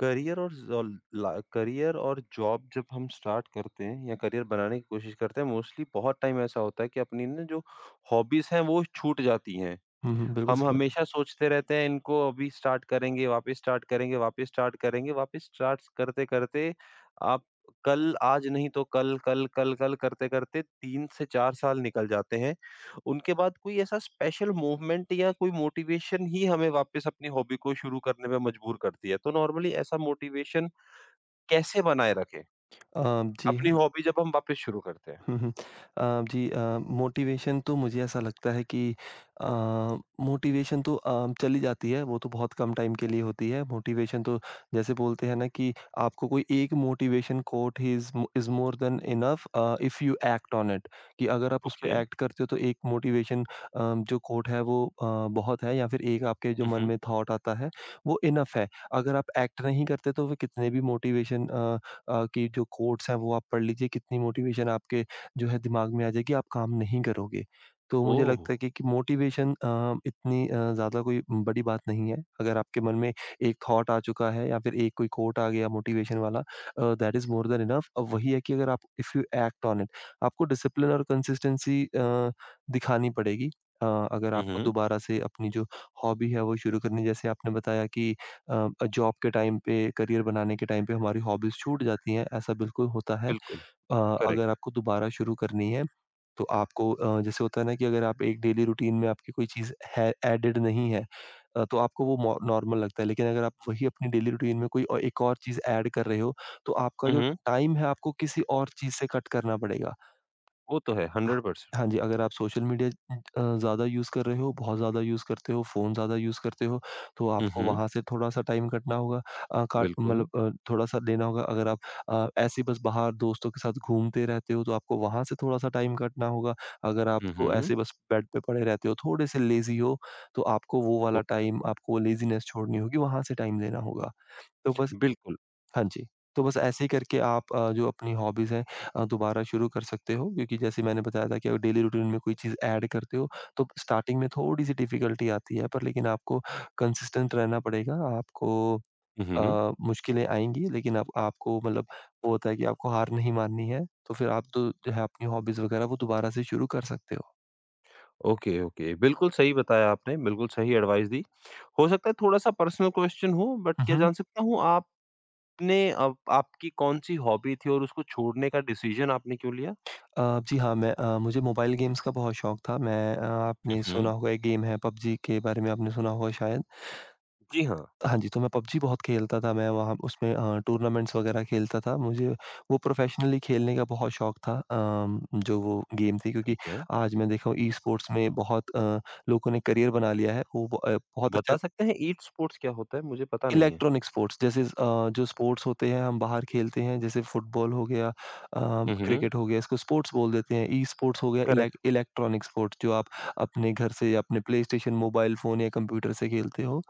Career और job जब हम स्टार्ट करते हैं या करियर बनाने की कोशिश करते हैं मोस्टली बहुत टाइम ऐसा होता है कि अपनी जो हॉबीज़ हैं वो छूट जाती हैं। हुँ, हुँ, बिल्कुल हम सही बात। हमेशा सोचते रहते हैं इनको अभी स्टार्ट करेंगे, वापस स्टार्ट करेंगे, वापस स्टार्ट करेंगे, वापस स्टार्ट करते-करते आप कल आज नहीं तो कल, कल, कल, कल करते-करते 3 से 4 साल निकल जाते हैं। उनके बाद कोई ऐसा स्पेशल मूवमेंट या कोई मोटिवेशन ही हमें वापस अपनी हॉबी को शुरू करने पे मजबूर करती है। तो नॉर्मली ऐसा मोटिवेशन कैसे बनाए रखें? अ, जी, अपनी हॉबी जब हम वापस शुरू करते हैं। हुँ, हुँ। अ, जी अ, मोटिवेशन तो मुझे ऐसा लगता है कि अ, मोटिवेशन तो चली जाती है, वो तो बहुत कम टाइम के लिए होती है। मोटिवेशन तो जैसे बोलते हैं ना कि आपको कोई एक मोटिवेशन कोट ही is is more than enough if you act on it कि अगर आप उस पे ओके। एक्ट करते हो तो एक मोटिवेशन जो कोट है वो बहुत है या फिर एक आपके जो हुँ, मन हुँ। में थॉट आता है, वो इनफ है। अगर आप एक्ट नहीं करते तो वो कितने भी मोटिवेशन की जो कोट्स हैं वो आप पढ़ लीजिए, कितनी मोटिवेशन आपके जो है दिमाग में आ जाएगी, आप काम नहीं करोगे। तो मुझे ओह! लगता है कि मोटिवेशन इतनी ज़्यादा कोई बड़ी बात नहीं है। अगर आपके मन में एक थॉट आ चुका है या फिर एक कोई कोट आ गया मोटिवेशन वाला that is more than enough. अब वही है कि अगर आप if you act on it, आपको डिसिप्लिन और कंसिस्टेंसी दिखानी पड़ेगी। अ, अगर हुँ, आपको हुँ। दोबारा से अपनी जो हॉबी है वो शुरू करनी जैसे आपने बताया कि जॉब के टाइम पे, करियर बनाने के टाइम पे हमारी हॉबीज़ छूट जाती हैं, ऐसा बिल्कुल होता है। बिल्कुल, अ, अगर करेक्ट। आपको दोबारा शुरू करनी है, तो आपको जैसे होता है ना कि अगर आप एक डेली रूटीन में आपकी कोई चीज़ है एडेड नहीं है तो आपको वो मो नॉर्मल लगता है। लेकिन अगर आप वही अपनी डेली रूटीन में कोई औ एक और चीज़ ऐड कर रहे हो, तो आपका हुँ, जो हुँ। टाइम है, आपको किसी और चीज़ से कट करना पड़ेगा। वो तो है हाँ, 100%। हाँ जी, अगर आप सोशल मीडिया ज़्यादा यूज़ कर रहे हो, बहुत ज़्यादा यूज़ करते हो, फ़ोन ज़्यादा यूज़ करते हो, तो हुँ, आपको हुँ। वहाँ से थोड़ा-सा टाइम कटना होगा काट बिल्कुल। मतलब थोड़ा-सा लेना होगा। अगर आप ऐसे ही बस बाहर दोस्तों के साथ घूमते रहते हो, तो आपको वहाँ से थोड़ा-सा टाइम कटना होगा। अगर हुँ, आपको हुँ। ऐसे बस बेड पे पड़े रहते हो, थोड़े से लेज़ी हो, तो आपको वो वाला टाइम, ओके, आपको लेज़ीनेस छोड़नी होगी, वहाँ से टाइम देना होगा। तो बस बिल्कुल। हाँ जी। तो बस ऐसे ही करके आप जो अपनी हॉबीज़ हैं दोबारा शुरू कर सकते हो क्योंकि जैसे मैंने बताया था कि अगर डेली रूटीन में कोई चीज़ ऐड करते हो तो स्टार्टिंग में थोड़ी-सी डिफ़िकल्टी आती है पर लेकिन आपको कंसिस्टेंट रहना पड़ेगा। आपको हुँ, हुँ। मुश्किलें आएँगी लेकिन आप आपको मतलब वो होता है कि आपको हार नहीं माननी है। तो फिर आप तो जो है अपनी हॉबीज़ वगैरह वो दोबारा से शुरू कर सकते हो। ओके, ओके, बिल्कुल सही बताया आपने, बिल्कुल सही एडवाइस दी। हो सकता है थोड़ा-सा पर्सनल क्वेश्चन हो बट हुँ, क्या हुँ। जान सकता हूँ आपने अब आपकी कौन-सी हॉबी थी और उसको छोड़ने का डिसीज़न आपने क्यों लिया? जी हाँ, मुझे मोबाइल गेम्स का बहुत शौक था। आपने हुँ, सुना हुँ। होगा एक गेम है पबजी के बारे में आपने सुना होगा शायद। जी हाँ, हाँ जी, तो मैं पबजी बहुत खेलता था, मैं वहाँ उसमें टूर्नामेंट्स वगैरह खेलता था। मुझे वो प्रोफ़ेशनली खेलने का बहुत शौक था जो वो गेम थी क्योंकि ठीक है। आज मैं देखा हूँ ई-स्पोर्ट्स में बहुत लोगों ने करियर बना लिया है। वो बहुत बता अच्छा सकते हैं ईट स्पोर्ट्स क्या होता है? मुझे पता नहीं है। इलेक्ट्रॉनिक स्पोर्ट्स जैसे जो स्पोर्ट्स होते हैं हम बाहर खेलते हैं जैसे फुटबॉल हो गया हुँ, हुँ। क्रिकेट हो गया इसको स्पोर्ट्स बोल देते हैं। ई-स्पोर्ट्स हो गया करेक्ट। इलेक्ट्रॉनिक स्पोर्ट्स जो आप अपने घर से या अपने प्लेस्टेशन, मोबाइल फ़ोन या कंप्यूटर से खेलते हो।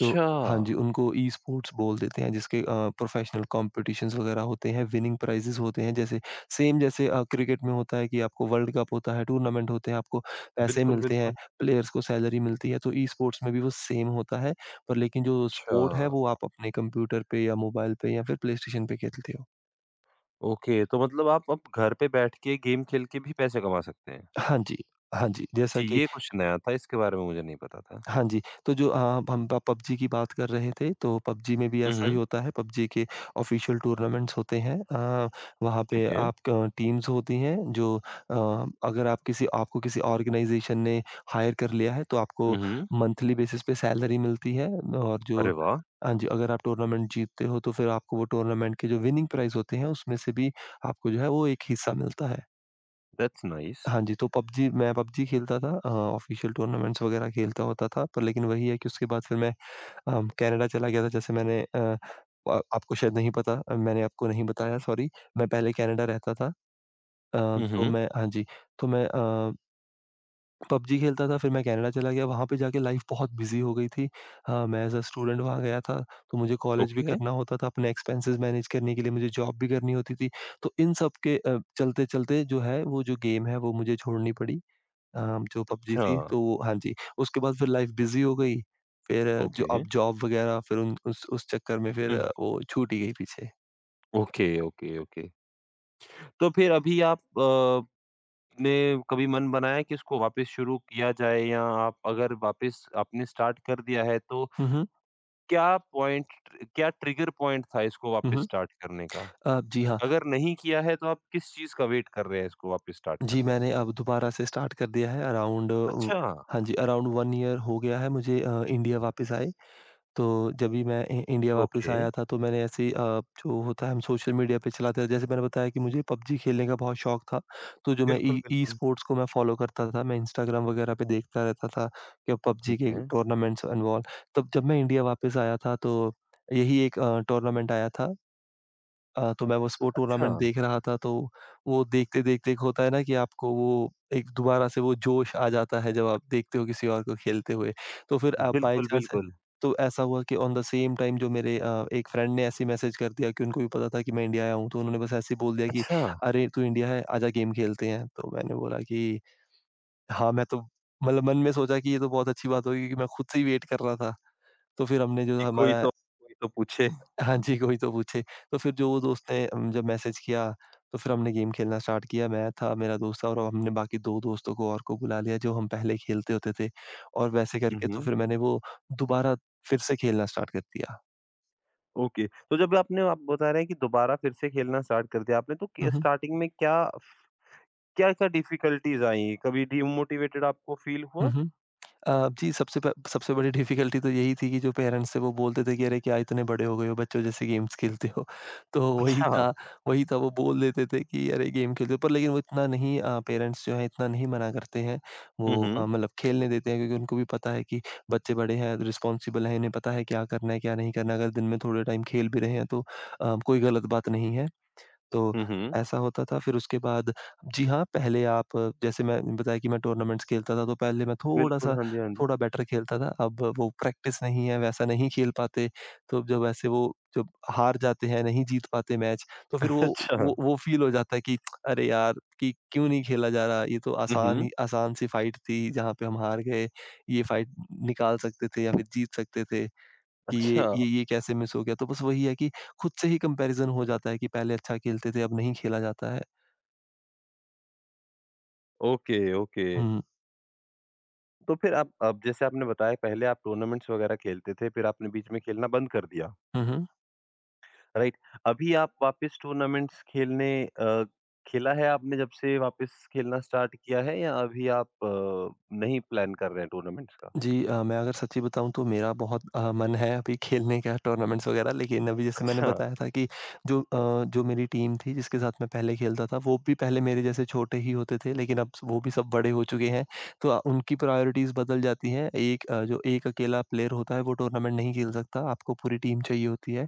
तो हाँ जी, उनको ई-स्पोर्ट्स बोल देते हैं जिसके प्रोफ़ेशनल कॉम्पिटिशन्स वग़ैरह होते हैं, विनिंग प्राइज़ेज़ होते हैं जैसे सेम जैसे क्रिकेट में होता है कि आपको वर्ल्ड कप होता है, टूर्नामेंट होते हैं, आपको पैसे बिल्कुल, मिलते हैं, बिल्कुल। प्लेयर्स को सैलरी मिलती है, तो ई-स्पोर्ट्स में भी वो सेम होता है, पर लेकिन जो अच्छा, स्पोर्ट है वो आप अपने कंप्यूटर पे या मोबाइल पे या फिर प्लेस्टेशन पे खेलते हो। ओके, तो मतलब आप अब घर पे बैठ के गेम खेल के भी पैसे कमा सकते हैं। हाँ जी, हाँ जी, जैसा जी, कि ये कुछ नया था, इसके बारे में मुझे नहीं पता था। हाँ जी, तो जो हम प पबजी की बात कर रहे थे, तो पबजी में भी हुँ, ऐसा ही हुँ, होता है, पबजी के ऑफ़िशियल टूर्नामेंट्स होते हैं। वहाँ पे ठीक है। आप क टीम्स होती हैं जो अगर आप किसी आपको किसी ऑर्गनाइज़ेशन ने हायर कर लिया है, तो हुँ, आपको हुँ। मंथली बेसिस पे सैलरी मिलती है और जो अरे वाह! हाँ जी, अगर आप टूर्नामेंट जीतते हो, तो फिर आपको वो टूर्नामेंट के जो विनिंग प्राइज़ होते हैं, उसमें से भी आपको जो है, वो एक हिस्सा मिलता है। That's nice. हाँ जी, तो पबजी मैं पबजी खेलता था ऑफ़िशियल टूर्नामेंट्स वग़ैरह खेलता होता था, पर लेकिन वही है कि उसके बाद फिर मैं कनाडा चला गया था जैसे आपको शायद नहीं पता मैंने आपको नहीं बताया सॉरी, मैं पहले कनाडा रहता था। अ, हुँ, तो हुँ, मैं हाँ जी, तो मैं पबजी खेलता था फिर मैं कनाडा चला गया, वहाँ पे जाके लाइफ़ बहुत बिज़ी हो गई थी। हाँ, मैं एज़ अ स्टूडेंट वहाँ गया था, तो मुझे कॉलेज भी ओके। करना होता था, अपने एक्सपेंसेस मैनेज करने के लिए मुझे जॉब भी करनी होती थी। तो इन सब के चलते-चलते जो है वो जो गेम है वो मुझे छोड़नी पड़ी जो पबजी अच्छा, थी तो वो हाँ जी, उसके बाद फिर लाइफ़ बिज़ी हो गई, फिर जो ओके। अब जॉब वग़ैरह फिर उन उस चक्कर में फिर हुँ, वो छूट ही गई पीछे। Okay, okay, okay. तो फिर अभी आप ने कभी मन बनाया कि इसको वापस शुरू किया जाए या आप अगर वापस आपने स्टार्ट कर दिया है, तो हुँ, हुँ। क्या पॉइंट क्या ट्रिगर पॉइंट था इसको हुँ, वापस हुँ। स्टार्ट करने का? जी हाँ, अगर नहीं किया है, तो आप किस चीज़ का वेट कर रहे हैं इसको वापस स्टार्ट जी करने का? मैंने अब दोबारा से स्टार्ट कर दिया है अराउंड उ अच्छा, हाँ जी, अराउंड 1 ईयर हो गया है मुझे इंडिया वापस आए। तो जब भी मैं इ इंडिया वापस ओके। आया था तो मैंने ऐसे ही जो होता है हम सोशल मीडिया पे चलाते थे जैसे मैंने बताया कि मुझे पबजी खेलने का बहुत शौक था। तो जो मैं बिल्कुल, ई ई बिल्कुल। स्पोर्ट्स को मैं फ़ॉलो करता था, मैं इंस्टाग्राम वगैरह पे देखता रहता था कि अब पबजी ठीक के है। टूर्नामेंट्स इन्वॉल्व तब जब मैं इंडिया वापस आया था तो यही एक टूर्नामेंट आया था तो मैं बस वो अच्छा, टूर्नामेंट देख रहा था तो वो देखते-देखते एक होता है ना कि आपको वो एक दोबारा से वो जोश आ जाता है जब आप देखते हो किसी और को खेलते हुए। तो फिर आप बाय बिल्कुल, चांस है बिल्कुल। तो ऐसा हुआ कि ऑन द सेम टाइम जो मेरे एक फ्रेंड ने ऐसे ही मैसेज कर दिया कि उनको भी पता था कि मैं इंडिया आया हूँ, तो उन्होंने बस ऐसे ही बोल दिया कि, अच्छा। "अरे! तू इंडिया है, आजा गेम खेलते हैं।" तो मैंने बोला कि हाँ, मैं तो मतलब मन में सोचा कि ये तो बहुत अच्छी बात होगी क्योंकि मैं खुद से ही वेट कर रहा था। तो फिर हमने जो कि कोई हमारा तो कोई तो पूछे। हाँ जी, कोई तो पूछे। तो फिर जो वो दोस्त ने जब मैसेज किया, तो फिर हमने गेम खेलना स्टार्ट किया। मैं था, मेरा दोस्त था और हमने बाकी 2 दोस्तों को और को बुला लिया, जो हम पहले खेलते होते थे। और वैसे हुँ, करके तो हुँ। फिर मैंने वो दोबारा फिर से खेलना स्टार्ट कर दिया। ओके, तो जब आपने आप बता रहे हैं कि दोबारा फिर से खेलना स्टार्ट कर दिया आपने, तो क हुँ, हुँ। स्टार्टिंग में क्या-क्या डिफ़िकल्टीज़ आईं? कभी डीमोटिवेटेड आपको फ़ील हुआ? हुँ, हुँ। जी, सबसे बड़ी डिफ़िकल्टी तो यही थी कि जो पेरेंट्स थे वो बोलते थे कि अरे क्या इतने बड़े हो गए हो, बच्चों जैसे गेम्स खेलते हो। तो वही अच्छा। था वही था वो बोल देते थे कि अरे गेम खेलते हो पर लेकिन वो इतना नहीं पेरेंट्स जो है इतना नहीं मना करते हैं। हुँ, वो हुँ। मतलब खेलने देते हैं क्योंकि उनको भी पता है कि बच्चे बड़े हैं, रिस्पॉन्सिबल हैं, इन्हें पता है क्या करना है, क्या नहीं करना है। अगर दिन में थोड़े टाइम खेल भी रहे हैं तो कोई गलत बात नहीं है। तो हुँ, हुँ। ऐसा होता था फिर उसके बाद जी हाँ, पहले आप जैसे मैं बताया कि मैं टूर्नामेंट्स खेलता था तो पहले मैं बिल्कुल, हाँ जी, हाँ जी। थोड़ा बेटर खेलता था। अब वो प्रैक्टिस नहीं है, वैसा नहीं खेल पाते। तो जब ऐसे वो जब हार जाते हैं, नहीं जीत पाते मैच तो फिर अच्छा। वो फ़ील हो जाता है कि अरे यार! कि क्यों नहीं खेला जा रहा? ये तो हुँ, आसान हुँ। ही आसान सी फाइट थी जहाँ पे हम हार गए। ये फाइट निकाल सकते थे या फिर जीत सकते थे। कि अच्छा, ये कैसे मिस हो गया? तो बस वही है कि खुद से ही कंपैरिज़न हो जाता है कि पहले अच्छा खेलते थे, अब नहीं खेला जाता है। Okay, okay. हुँ। तो फिर आप अब जैसे आपने बताया पहले आप टूर्नामेंट्स वगैरह खेलते थे, फिर आपने बीच में खेलना बंद कर दिया। हुँ, हुँ। राइट, अभी आप वापस खेला है आपने जब से वापस खेलना स्टार्ट किया है या अभी आप नहीं प्लान कर रहे हैं टूर्नामेंट्स का? जी मैं अगर सच्ची बताऊँ तो मेरा बहुत मन है अभी खेलने का टूर्नामेंट्स वगैरह, लेकिन अभी जैसे मैंने अच्छा, बताया था कि जो मेरी टीम थी जिसके साथ मैं पहले खेलता था, वो भी पहले मेरे जैसे छोटे ही होते थे लेकिन अब वो भी सब बड़े हो चुके हैं। तो उनकी प्रायोरिटीज़ बदल जाती हैं। जो एक अकेला प्लेयर होता है वो टूर्नामेंट नहीं खेल सकता, आपको पूरी टीम चाहिए होती है।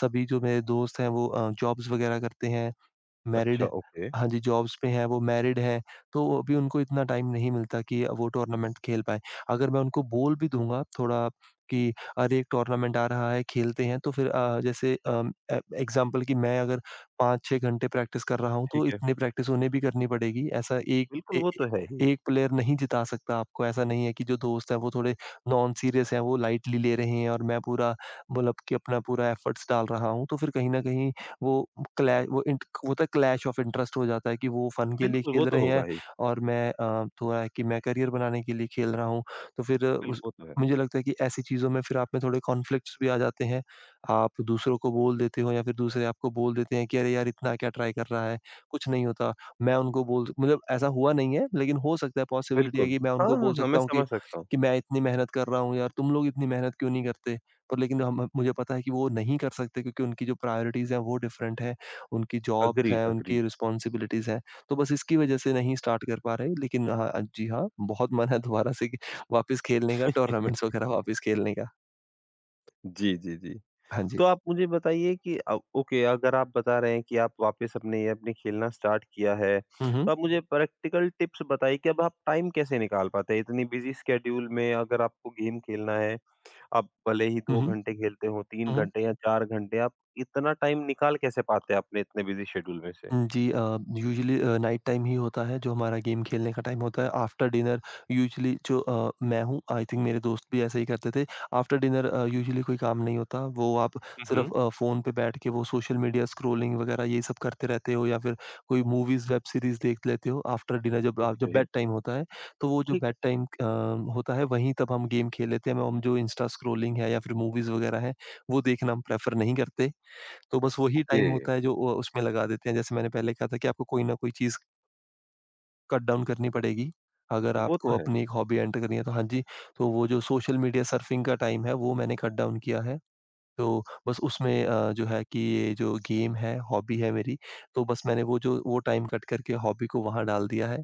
सभी जो मेरे दोस्त हैं वो जॉब्स वगैरह करते हैं, मैरिड। अच्छा, ओके, हाँ जी, जॉब्स पे हैं, वो मैरिड हैं, तो अभी उनको इतना टाइम नहीं मिलता कि वो टूर्नामेंट खेल पाएँ। अगर मैं उनको बोल भी दूँगा थोड़ा कि अरे, एक टूर्नामेंट आ रहा है, खेलते हैं, तो फिर जैसे ए एग्ज़ाम्पल कि मैं अगर 5-6 घंटे प्रैक्टिस कर रहा हूँ, ठीक तो है। इतनी प्रैक्टिस उन्हें भी करनी पड़ेगी। ऐसा एक बिल्कुल, ए वो ए तो है ही। एक प्लेयर नहीं जिता सकता आपको। ऐसा नहीं है कि जो दोस्त हैं, वो थोड़े नॉन सीरियस हैं, वो लाइटली ले रहे हैं और मैं पूरा मतलब कि अपना पूरा एफ़र्ट्स डाल रहा हूँ, तो फिर कहीं न कहीं वो वो होता है, क्लैश ऑफ इंटरेस्ट हो जाता है कि वो फ़न के लिए बिल्कुल, वो खेल तो रहे होगा हैं ही। और मैं थोड़ा है कि मैं करियर बनाने के लिए खेल रहा हूँ। तो फिर उस बिल्कुल, वो तो है। मुझे लगता है कि ऐसी चीज़ों में फिर आप में थोड़े कॉन्फ्लिक्ट्स भी आ जाते हैं। आप दूसरों को बोल देते हो या फिर दूसरे आपको बोल देते हैं कि अरे यार इतना क्या ट्राई कर रहा है, कुछ नहीं होता। मैं उनको बोल मतलब ऐसा हुआ नहीं है, लेकिन हो सकता है, पॉसिबिलिटी है बिल्कुल। कि मैं हाँ, उनको हाँ, बोल हाँ, मैं सकता हूँ कि, समझ सकता हूँ। कि मैं इतनी मेहनत कर रहा हूँ यार, तुम लोग इतनी मेहनत क्यों नहीं करते? तो लेकिन हम मुझे पता है कि वो नहीं कर सकते क्योंकि उनकी जो प्रायोरिटीज़ हैं वो डिफरेंट है, उनकी जॉब्स अग्रीड, हैं, अग्रीड। उनकी रिस्पॉन्सिबिलिटीज़ हैं। तो बस इसकी वजह से नहीं स्टार्ट कर पा रहे, लेकिन हाँ, जी हाँ, बहुत मन है दोबारा से कि वापस खेलने का, टूर्नामेंट्स वगैरह वापस खेलने का। जी, जी, जी। हाँ जी। तो आप मुझे बताइए कि ओके अगर आप बता रहे हैं कि आप वापस अपने आपने खेलना स्टार्ट किया है, हुँ, तो हुँ। आप मुझे प्रैक्टिकल टिप्स बताइए कि अब आप टाइम कैसे निकाल पाते हैं? इतनी बिज़ी शेड्यूल में अगर आपको गेम खेलना है, आप भले ही हुँ, 2 हुँ। घंटे खेलते हो, 3 हुँ, हुँ। घंटे या 4 घंटे, आप इतना टाइम निकाल कैसे पाते हैं अपने इतने बिज़ी शेड्यूल में से? हुँ, जी यूजुअली नाइट टाइम ही होता है जो हमारा गेम खेलने का टाइम होता है। आफ्टर डिनर यूजुअली जो मैं हूँ, आई थिंक मेरे दोस्त भी ऐसा ही करते थे। आफ्टर डिनर यूजुअली कोई काम नहीं होता। वो आप हुँ, सिर्फ़ हुँ। फ़ोन पे बैठ के वो सोशल मीडिया स्क्रॉलिंग वग़ैरह ये सब करते रहते हो, या फिर कोई मूवीज़, वेब सीरीज़ देख लेते हो। आफ्टर डिनर जब ओके, बेड टाइम होता है, तो वो जो ठीक है, बेड ठीक। टाइम होता है वहीं तब हम गेम खेल लेते हैं। हम जो इंस्टा स्क्रॉलिंग है या फिर मूवीज़ वग़ैरह है, वो देखना हम प्रेफ़र नहीं करते। तो बस वही ओके, टाइम होता है जो वो उसमें लगा देते हैं। जैसे मैंने पहले कहा था कि आपको कोई न कोई चीज़ कट डाउन करनी पड़ेगी। अगर वो तो आपको है। अपनी एक हॉबी एंटर करनी है तो हाँ जी, तो वो जो सोशल मीडिया सर्फिंग का टाइम है वो मैंने कट डाउन किया है। तो बस उसमें जो है कि ये जो गेम है, हॉबी है मेरी, तो बस मैंने वो टाइम कट करके हॉबी को वहाँ डाल दिया है।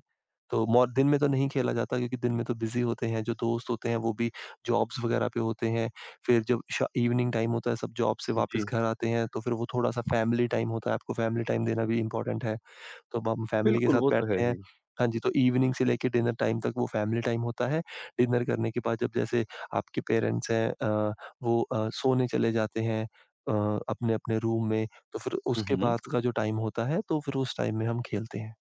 तो मौ दिन में तो नहीं खेला जाता क्योंकि दिन में तो बिज़ी होते हैं, जो दोस्त होते हैं वो भी जॉब्स वगैरह पे होते हैं। फिर जब श इवनिंग टाइम होता है, सब जॉब से वापस जी, घर आते हैं, तो फिर वो थोड़ा-सा फैमिली टाइम होता है, आपको फैमिली टाइम देना भी इम्पोर्टेंट है। तो हम फैमिली के बिल्कुल साथ वो तो है बैठते हैं। ही। हाँ जी, तो इवनिंग से लेके डिनर टाइम तक वो फैमिली टाइम होता है। डिनर करने के बाद जब जैसे आपके पेरेंट्स हैं वो सोने चले जाते हैं अपने-अपने रूम में, तो फिर हुँ, उसके हुँ। बाद का जो टाइम होता है, तो फिर उस टाइम में हम खेलते हैं।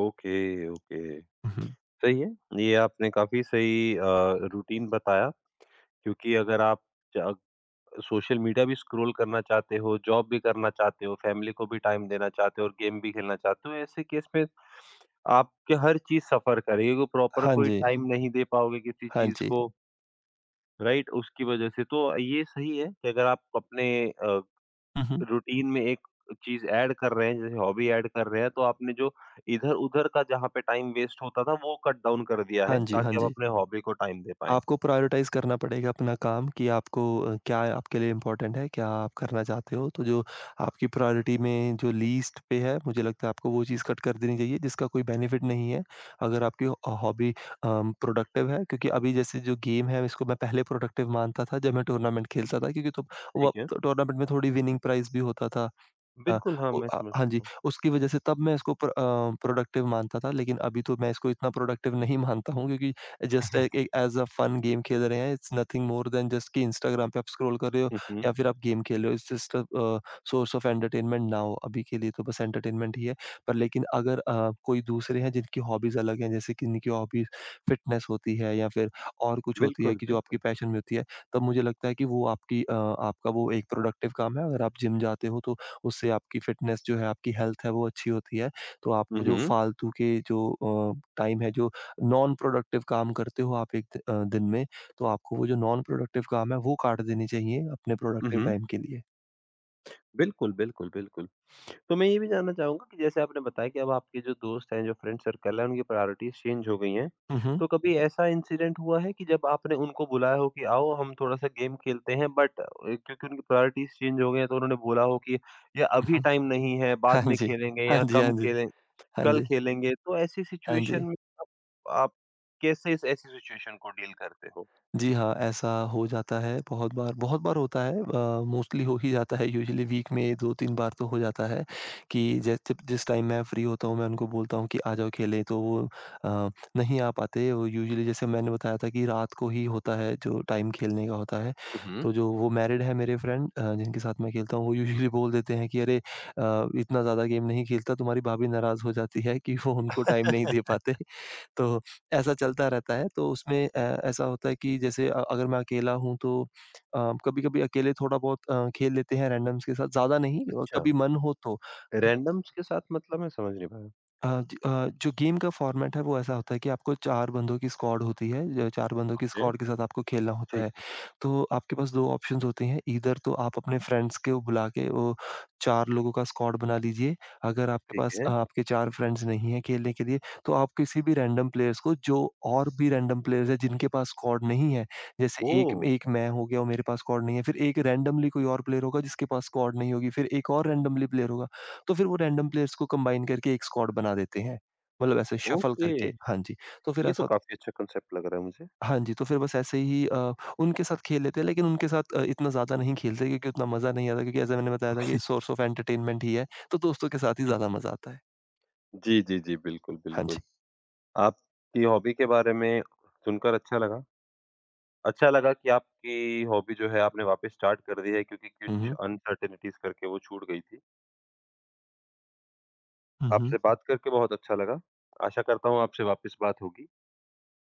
Okay, okay. हुँ, हुँ। सही है। ये आपने काफ़ी सही रूटीन बताया क्योंकि अगर आप ज सोशल मीडिया भी स्क्रॉल करना चाहते हो, जॉब भी करना चाहते हो, फैमिली को भी टाइम देना चाहते हो और गेम भी खेलना चाहते हो, ऐसे केस में आपके हर चीज़ सफ़र करेगी वो प्रॉपर हाँ कोई जी, टाइम नहीं दे पाओगे किसी हाँ चीज़ जी। को, राइट? उसकी वज़ह से। तो ये सही है कि अगर आप अपने अ हुँ, हुँ। रूटीन में एक चीज़ ऐड कर रहे हैं, जैसे हॉबी ऐड कर रहे हैं, तो आपने जो इधर-उधर का जहाँ पे टाइम वेस्ट होता था, वो कट डाउन कर दिया हाँ है, जी, हाँ ताकि आप जी। अपने हॉबी को टाइम दे पाएँ। आपको प्रायोरिटाइज़ करना पड़ेगा अपना काम कि आपको क्या आपके लिए इम्पोर्टेंट है, क्या आप करना चाहते हो। तो जो आपकी प्रायोरिटी में जो लीस्ट पे है, मुझे लगता है आपको वो चीज़ कट कर देनी चाहिए जिसका कोई बेनिफिट नहीं है। अगर आपकी हॉबी प्रोडक्टिव है, क्योंकि अभी जैसे जो गेम है इसको मैं पहले प्रोडक्टिव मानता था जब मैं टूर्नामेंट खेलता था, क्योंकि तो वो ठीक है। टूर्नामेंट में थोड़ी विनिंग प्राइज़ भी होता था। हाँ, बिल्कुल, हाँ, ओ मैं समझ हाँ जी, सकता हूँ। उसकी वजह से तब मैं इसको प्रोडक्टिव मानता था, लेकिन अभी तो मैं इसको इतना प्रोडक्टिव नहीं मानता हूँ क्योंकि जस्ट ए एक ऐज़ अ फन गेम खेल रहे हैं, it's nothing more than just कि इंस्टाग्राम पे आप स्क्रॉल कर रहे हो हुँ, हुँ। या फिर आप गेम खेल रहे हो, it's just source of entertainment now, अभी के लिए तो बस एंटरटेनमेंट ही है। पर लेकिन अगर कोई दूसरे हैं जिनकी हॉबीज़ अलग हैं, जैसे किन्हीं की हॉबीज़ फिटनेस होती है या फिर और कुछ होती है बिल्कुल, कि जो आपकी बिल्कुल। पैशन में होती है, तब मुझे लगता है कि वो आपका वो एक प्रोडक्टिव काम है। अगर आप जिम जाते हो तो उससे आपकी फ़िटनेस जो है, आपकी हेल्थ है वो अच्छी होती है। तो हुँ, आपको जो हुँ। फालतू के जो टाइम है, जो नॉन प्रोडक्टिव काम करते हो आप एक दिन में, तो आपको वो जो नॉन प्रोडक्टिव काम है वो काट देनी चाहिए अपने हुँ, प्रोडक्टिव हुँ। टाइम के लिए। बिल्कुल, बिल्कुल, बिल्कुल। तो मैं ये भी जानना चाहूँगा कि जैसे आपने बताया कि अब आपके जो दोस्त हैं, जो फ्रेंड सर्कल है, उनकी प्रायोरिटीज़ चेंज हो गई हैं। हुँ, हुँ। तो कभी ऐसा इंसिडेंट हुआ है कि जब आपने उनको बुलाया हो कि आओ हम थोड़ा-सा गेम खेलते हैं बट क्योंकि उनकी प्रायोरिटीज़ चेंज हो गई हैं तो उन्होंने बोला हो कि या हुँ, अभी हुँ। टाइम नहीं है, बाद हाँ में जी। खेलेंगे हाँ या जी, हाँ कम जी। खेलें हाँ कल जी, खेलेंगे। तो ऐसी हाँ सिचुएशन जी। में आप कैसे इस ऐसी सिचुएशन को डील करते हो? जी हाँ, ऐसा हो जाता है बहुत बार, बहुत बार होता है, मोस्टली हो ही जाता है, यूजुअली वीक में 2-3 बार तो हो जाता है कि जैसे जिस जिस टाइम मैं फ्री होता हूँ मैं उनको बोलता हूँ कि आ जाओ खेलें, तो वो अ, नहीं आ पाते। वो यूजुअली जैसे मैंने बताया था कि रात को ही होता है जो टाइम खेलने का होता है। हुँ, हुँ। तो जो वो मैरिड है मेरे फ्रेंड जिनके साथ मैं खेलता हूँ, वो यूजुअली बोल देते हैं कि अरे इतना ज़्यादा गेम नहीं खेलता, तुम्हारी भाभी नाराज़ हो जाती है कि वो उनको टाइम नहीं दे पाते। तो ऐसा चलता रहता है, तो उसमें ऐसा होता है कि जैसे अगर मैं अकेला हूँ तो कभी-कभी अकेले थोड़ा बहुत खेल लेते हैं रैंडम्स के साथ, ज़्यादा नहीं, अच्छा। कभी मन हो तो। रैंडम्स के साथ मतलब मैं समझ नहीं पाया। जो गेम का फॉर्मेट है वो ऐसा होता है कि आपको 4 बंदों की स्क्वाड होती है। ज 4 बंदों की ओके। स्क्वाड के साथ आपको खेलना होता ठीक है। है, तो आपके पास 2 ऑप्शंस होते हैं, ईदर तो आप अपने फ्रेंड्स को बुला के वो 4 लोगों का स्क्वाड बना लीजिए। अगर आपके ठीक पास है। आपके 4 फ्रेंड्स नहीं हैं खेलने के लिए, तो आप किसी भी रैंडम प्लेयर्स को जो, और भी रैंडम प्लेयर्स हैं जिनके पास स्क्वाड नहीं है, जैसे एक ओह! एक मैं हो गया और मेरे पास स्क्वाड नहीं है, फिर एक रैंडमली कोई और प्लेयर होगा जिसके पास स्क्वाड नहीं होगी, फिर एक और रैंडमली प्लेयर होगा। तो फिर वो रैंडम प्लेयर्स को कंबाइन करके एक स्क्वाड बना देते हैं। मतलब ऐसे शफल ओके। करके, हाँ जी, तो फिर ये तो ऐसा होता, काफ़ी अच्छा कॉन्सेप्ट लग रहा है मुझे। हाँ जी, तो फिर बस ऐसे ही उनके साथ खेल लेते हैं, लेकिन उनके साथ इतना ज़्यादा नहीं खेलते क्योंकि उतना मज़ा नहीं आता, क्योंकि जैसा मैंने बताया था कि सोर्स ऑफ एंटरटेनमेंट ही है, तो दोस्तों के साथ ही ज़्यादा मज़ा आता है। जी, जी, जी। बिल्कुल, हाँ बिल्कुल। जी। आपकी हॉबी के बारे में सुनकर अच्छा लगा। अच्छा लगा कि आपकी हॉबी जो है आपने वापस स्टार्ट कर दी है क्योंकि हुँ, कुछ हुँ। अनसर्टेनिटीज़ करके वो छूट गई थी। हुँ, हुँ। आपसे बात करके बहुत अच्छा लगा। आशा करता हूँ आपसे वापस बात होगी।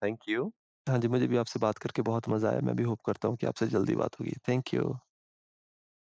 Thank you. हाँ जी, मुझे भी आपसे बात करके बहुत मज़ा आया। मैं भी होप करता हूँ कि आपसे जल्दी बात होगी। Thank you.